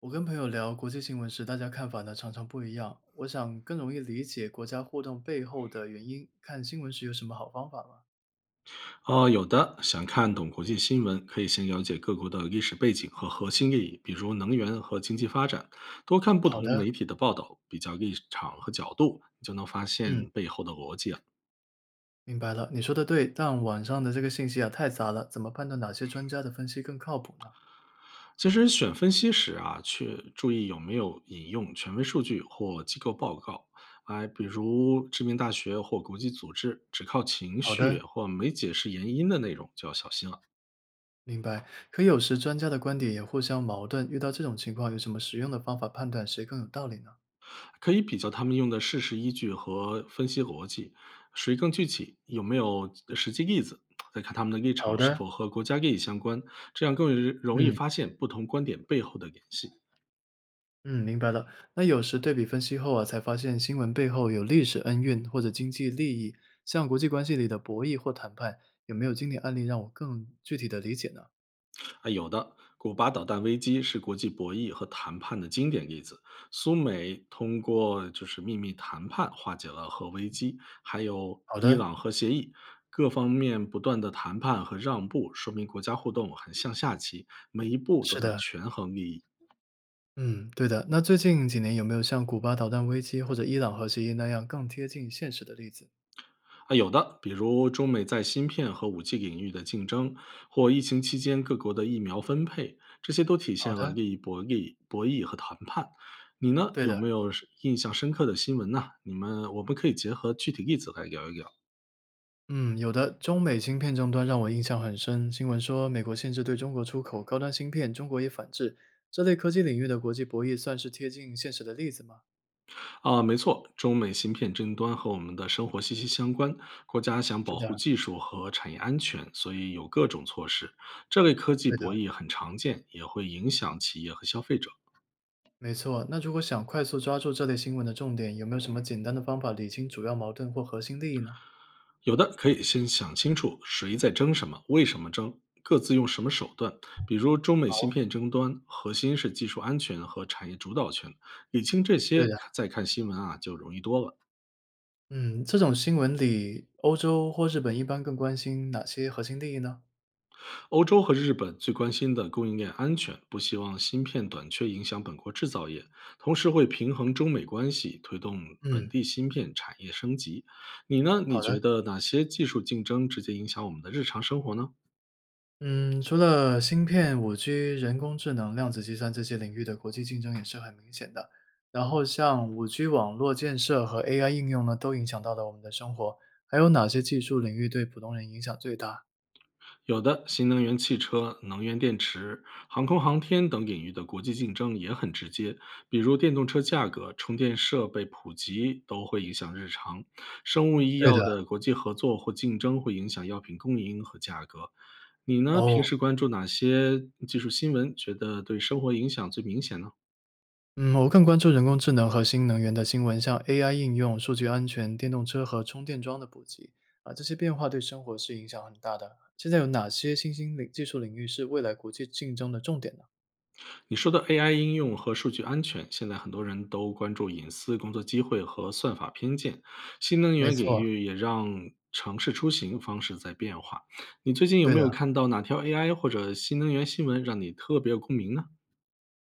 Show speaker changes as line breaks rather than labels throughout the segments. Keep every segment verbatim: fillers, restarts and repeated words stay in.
我跟朋友聊国际新闻时，大家看法呢常常不一样。我想更容易理解国家互动背后的原因，看新闻时有什么好方法吗？
呃，有的。想看懂国际新闻，可以先了解各国的历史背景和核心利益，比如能源和经济发展。多看不
好
同
的，
媒体的报道，比较立场和角度，你就能发
嗯，
现背后的逻辑了。
明白了，你说的对，但网上的这个信息啊太杂了，怎么判断哪些专家的分析更靠谱呢？
其实选分析时啊，去注意有没有引用权威数据或机构报告，哎，比如知名大学或国际组织，只靠情
好
绪
的，
或没解释原因的内容就要小心了。
明白。可有时专家的观点也互相矛盾，遇到这种情况，有什么实用的方法判断谁更有道理呢？
可以比较他们用的事实依据和分析逻辑，谁更具体，有没有呃实际例子，再看他们的立
好
场是
的，
否和国家利益相关，这样更容易
嗯。
发现不同观点背后的联系。
嗯，明白了。那有时对比分析后啊，才发现新闻背后有历史恩怨或者经济利益，像国际关系里的博弈或谈判，有没有经典案例让我更具体的理解呢？
啊，有的，古巴导弹危机是国际博弈和谈判的经典例子，苏美通过就是秘密谈判化解了核危机，还有
好
伊
的，
朗核协议。各方面不断的谈判和让步，说明国家互动很像下棋，每一步都
是
在
的，
权衡利益。
嗯，对的。那最近几年有没有像古巴导弹危机或者伊朗核协议那样更贴近现实的例子？
啊，有的，比如中美在芯片和 五 G 领域的竞争，或疫情期间各国的疫苗分配，这些都体
好
现了
的，
利益博弈、博弈和谈判。你呢，
对
有
的，
没有是印象深刻的新闻呢？你们我们可以结合具体例子来聊一聊。
嗯，有的。中美芯片争端让我印象很深，新闻说美国限制对中国出口高端芯片，中国也反制。这类科技领域的国际博弈算是贴近现实的例子吗？
啊，没错，中美芯片争端和我们的生活息息相关。国家想
是
保护
的，
技术和产业安全，所以有各种措施。这类科技
对
博
的，
弈很常见，也会影响企业和消费者。
没错。那如果想快速抓住这类新闻的重点，有没有什么简单的方法理清主要矛盾或核心利益呢？
有的可以先想清楚谁在争什么，为什么争，各自用什么手段。比如中美芯
好，
片争端，核心是技术安全和产业主导权，理清这
对
些，
的，
再看新闻啊就容易多了。
嗯，这种新闻里，欧洲或日本一般更关心哪些核心利益呢？
欧洲和日本最关心的供应链安全，不希望芯片短缺影响本国制造业，同时会平衡中美关系，推动本
嗯，
地芯片产业升级。你呢？你
好的，
觉得哪些技术竞争直接影响我们的日常生活呢？
嗯，除了芯片、五 g 人工智能、量子计算这些领域的国际竞争也是很明显的。然后像五 g 网络建设和 A I 应用呢，都影响到了我们的生活。还有哪些技术领域对普通人影响最大？
有的，新能源汽车、能源电池、航空航天等领域的国际竞争也很直接，比如电动车价格、充电设备普及都会影响日常。生物医
对的，
药的国际合作或竞争会影响药品供应和价格。你呢？平
哦，
时关注哪些技术新闻？觉得对生活影响最明显呢？
嗯，我更关注人工智能和新能源的新闻，像 A I 应用、数据安全、电动车和充电桩的普及啊，这些变化对生活是影响很大的。现在有哪些新兴领技术领域是未来国际竞争的重点呢？
你说的 A I 应用和数据安全，现在很多人都关注隐私、工作机会和算法偏见。新能
没
源领
错，
域也让城市出行方式在变化。你最近有
对
没
的。
有看到哪条 A I 或者新能源新闻让你特别有共鸣呢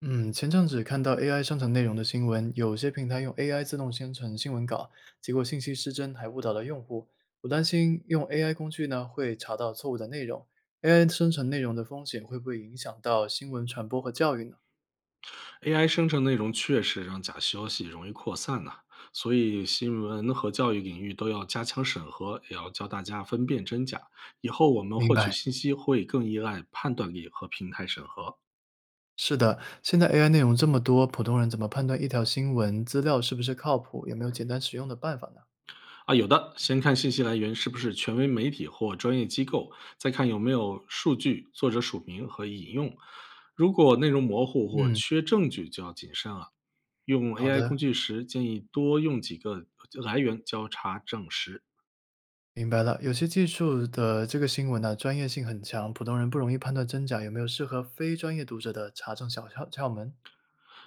嗯，前阵子看到 A I 生成内容的新闻，有些平台用 A I 自动生成新闻稿，结果信息失真，还误导了用户。我担心用 A I 工具呢会查到错误的内容，A I 生成内容的风险会不会影响到新闻传播和教育呢？
？A I 生成内容确实让假消息容易扩散呐、所以新闻和教育领域都要加强审核，也要教大家分辨真假。以后我们
明
获取
白。
信息会更依赖判断力和平台审核。
是的，现在 A I 内容这么多，普通人怎么判断一条新闻资料是不是靠谱？有没有简单实用的办法呢？
啊，有的，先看信息来源是不是权威媒体或专业机构，再看有没有数据、作者署名和引用。如果内容模糊或
嗯，
缺证据，就要谨慎了。用
好
A I
的，
工具时，建议多用几个来源交叉证实。
明白了。有些技术的这个新闻呢、专业性很强，普通人不容易判断真假。有没有适合非专业读者的查证小窍窍门？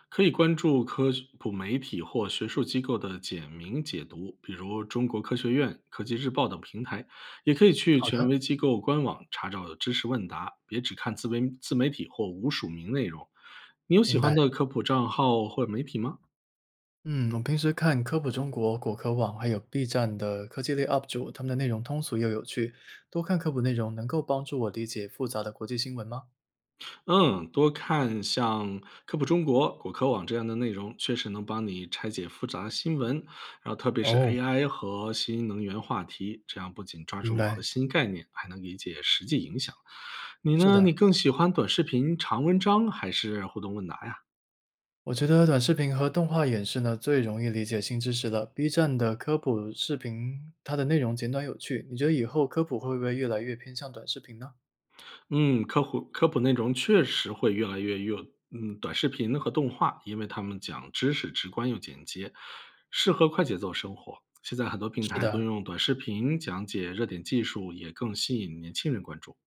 可以关注科普媒体或学术机构的简明解读，比如中国科学院、科技日报等平台，也可以去
好
权
的，
威机构官网查找知识问答，别只看自媒自媒体或无署名内容。你有喜
明白。
欢的科普账号或媒体吗？
嗯，我平时看科普中国、果壳网还有 B 站的科技类 U P 主，他们的内容通俗又有趣。多看科普内容能够帮助我理解复杂的国际新闻吗？
嗯，多看像科普中国、果壳网这样的内容，确实能帮你拆解复杂新闻。然后，特别是
哦，
A I 和新能源话题，这样不仅抓
明
住核
白。
心概念，还能理解实际影响。你
是
呢？
的。
你更喜欢短视频、长文章还是互动问答呀？
我觉得短视频和动画演示呢，最容易理解新知识了。B 站的科普视频，它的内容简短有趣，你觉得以后科普会不会越来越偏向短视频呢？
嗯，科普科普内容确实会越来越有，嗯，短视频和动画，因为他们讲知识直观又简洁，适合快节奏生活。现在很多平
是
台都
的，
用短视频讲解热点技术，也更吸引年轻人关注。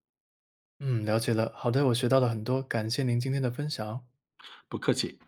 嗯，了解了。好的，我学到了很多，感谢您今天的分享。
不客气。